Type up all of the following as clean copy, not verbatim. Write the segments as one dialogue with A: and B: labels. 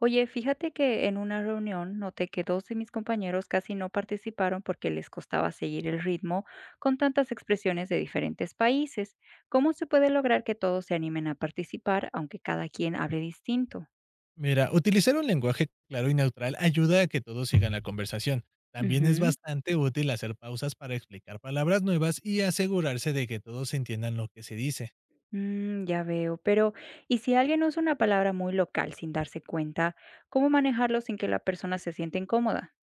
A: Oye, fíjate que en una reunión noté que dos de mis compañeros casi no participaron porque les costaba seguir el ritmo con tantas expresiones de diferentes países. ¿Cómo se puede lograr que todos se animen a participar aunque cada quien hable distinto?
B: Mira, utilizar un lenguaje claro y neutral ayuda a que todos sigan la conversación. También es
A: Ujú.
B: bastante útil hacer pausas para explicar palabras nuevas y asegurarse de que todos entiendan lo que se dice.
A: Ya veo, pero ¿y si alguien usa una palabra muy local sin darse cuenta, cómo manejarlo sin que la persona se sienta incómoda?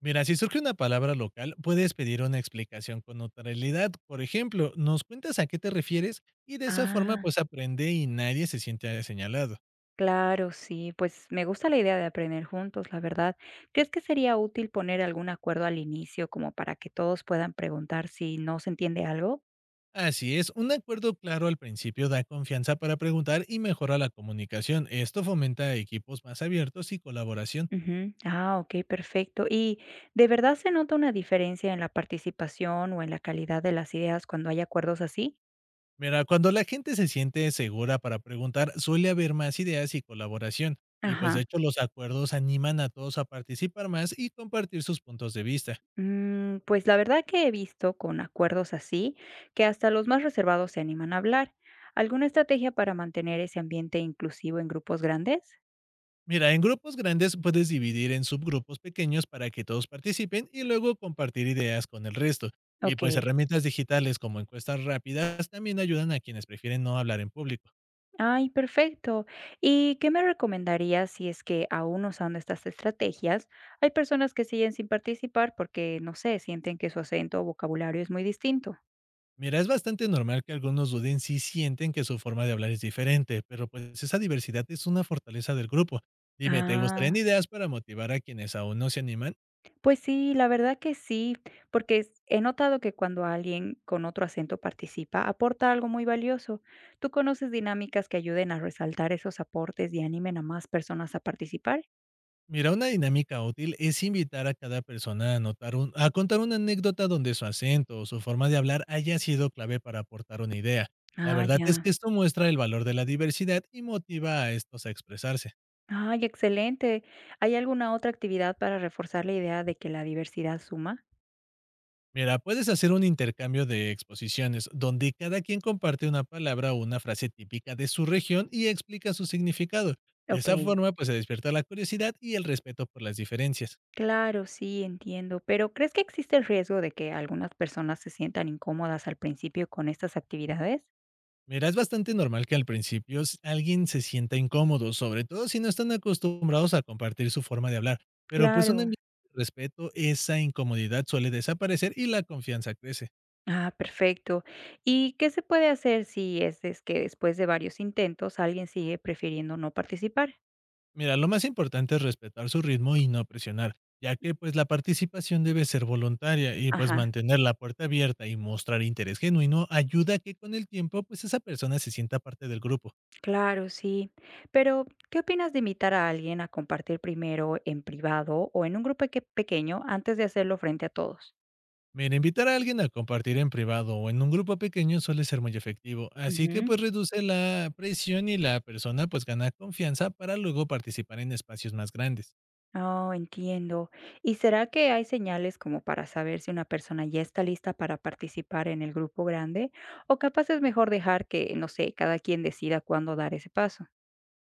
B: Mira, si surge una palabra local, puedes pedir una explicación con neutralidad. Por ejemplo, nos cuentas a qué te refieres y de esa forma
A: Ah.
B: pues aprende y nadie se siente señalado.
A: Claro, sí, pues me gusta la idea de aprender juntos, la verdad. ¿Crees que sería útil poner algún acuerdo al inicio como para que todos puedan preguntar si no se entiende algo?
B: Así es, un acuerdo claro al principio da confianza para preguntar y mejora la comunicación. Esto fomenta equipos más abiertos y colaboración.
A: Ujú. Ah, ok, perfecto. ¿Y de verdad se nota una diferencia en la participación o en la calidad de las ideas cuando hay acuerdos así?
B: Mira, cuando la gente se siente segura para preguntar, suele haber más ideas y colaboración. Y pues de
A: Ajá.
B: hecho los acuerdos animan a todos a participar más y compartir sus puntos de vista.
A: Pues la verdad que he visto con acuerdos así que hasta los más reservados se animan a hablar. ¿Alguna estrategia para mantener ese ambiente inclusivo en grupos grandes?
B: Mira, en grupos grandes puedes dividir en subgrupos pequeños para que todos participen y luego compartir ideas con el resto. Y
A: Ok.
B: pues herramientas digitales como encuestas rápidas también ayudan a quienes prefieren no hablar en público.
A: Ay, perfecto. ¿Y qué me recomendarías si es que aún usando estas estrategias hay personas que siguen sin participar porque, no sé, sienten que su acento o vocabulario es muy distinto?
B: Mira, es bastante normal que algunos duden si sienten que su forma de hablar es diferente, pero pues esa diversidad es una fortaleza del grupo. Dime, ¿te gustarían
A: Ah,
B: ideas para motivar a quienes aún no se animan?
A: pues sí, la verdad que sí, porque he notado que cuando alguien con otro acento participa, aporta algo muy valioso. ¿Tú conoces dinámicas que ayuden a resaltar esos aportes y animen a más personas a participar?
B: Mira, una dinámica útil es invitar a cada persona a, a contar una anécdota donde su acento o su forma de hablar haya sido clave para aportar una idea. La
A: Ah,
B: verdad es
A: ya.
B: que esto muestra el valor de la diversidad y motiva a estos a expresarse.
A: Ay, excelente. ¿Hay alguna otra actividad para reforzar la idea de que la diversidad suma?
B: Mira, puedes hacer un intercambio de exposiciones donde cada quien comparte una palabra o una frase típica de su región y explica su significado. De
A: Ok,
B: esa forma, pues se despierta la curiosidad y el respeto por las diferencias.
A: claro, sí, entiendo. Pero ¿crees que existe el riesgo de que algunas personas se sientan incómodas al principio con estas actividades?
B: Mira, es bastante normal que al principio alguien se sienta incómodo, sobre todo si no están acostumbrados a compartir su forma de hablar, pero pues un
A: Claro.
B: ambiente de respeto, esa incomodidad suele desaparecer y la confianza crece.
A: Ah, perfecto. ¿Y qué se puede hacer si es que después de varios intentos alguien sigue prefiriendo no participar?
B: Mira, lo más importante es respetar su ritmo y no presionar, ya que pues la participación debe ser voluntaria y pues
A: Ajá.
B: mantener la puerta abierta y mostrar interés genuino ayuda a que con el tiempo pues esa persona se sienta parte del grupo.
A: Claro, sí. Pero, ¿qué opinas de invitar a alguien a compartir primero en privado o en un grupo pequeño antes de hacerlo frente a todos?
B: Mira, invitar a alguien a compartir en privado o en un grupo pequeño suele ser muy efectivo, así que
A: Ujú.
B: pues reduce la presión y la persona pues gana confianza para luego participar en espacios más grandes.
A: Oh, entiendo. ¿Y será que hay señales como para saber si una persona ya está lista para participar en el grupo grande? ¿O capaz es mejor dejar que, no sé, cada quien decida cuándo dar ese paso?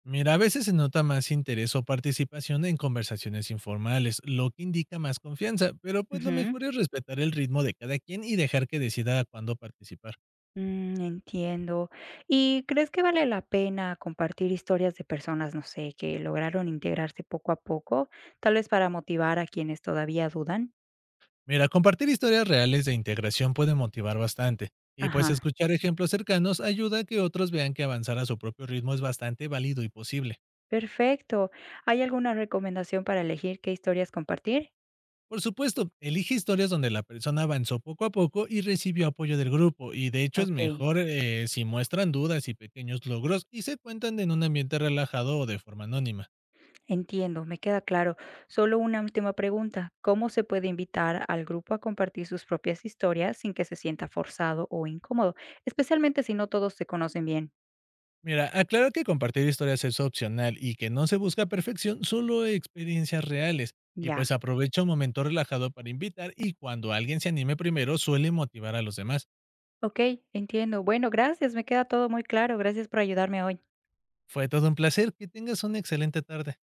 B: Mira, a veces se nota más interés o participación en conversaciones informales, lo que indica más confianza, pero pues lo
A: Ujú.
B: mejor es respetar el ritmo de cada quien y dejar que decida cuándo participar.
A: Entiendo. ¿Y crees que vale la pena compartir historias de personas, no sé, que lograron integrarse poco a poco, tal vez para motivar a quienes todavía dudan?
B: Mira, compartir historias reales de integración puede motivar bastante, y pues
A: Ajá,
B: escuchar ejemplos cercanos ayuda a que otros vean que avanzar a su propio ritmo es bastante válido y posible.
A: perfecto. ¿Hay alguna recomendación para elegir qué historias compartir?
B: Por supuesto, elige historias donde la persona avanzó poco a poco y recibió apoyo del grupo, y de hecho es
A: Ok,
B: mejor si muestran dudas y pequeños logros y se cuentan en un ambiente relajado o de forma anónima.
A: entiendo, me queda claro. Solo una última pregunta. ¿Cómo se puede invitar al grupo a compartir sus propias historias sin que se sienta forzado o incómodo, especialmente si no todos se conocen bien?
B: Mira, aclara que compartir historias es opcional y que no se busca perfección, solo experiencias reales. Y
A: Ya.
B: pues aprovecha un momento relajado para invitar y cuando alguien se anime primero suele motivar a los demás.
A: Okey, entiendo. Bueno, gracias, me queda todo muy claro. Gracias por ayudarme hoy.
B: Fue todo un placer, que tengas una excelente tarde.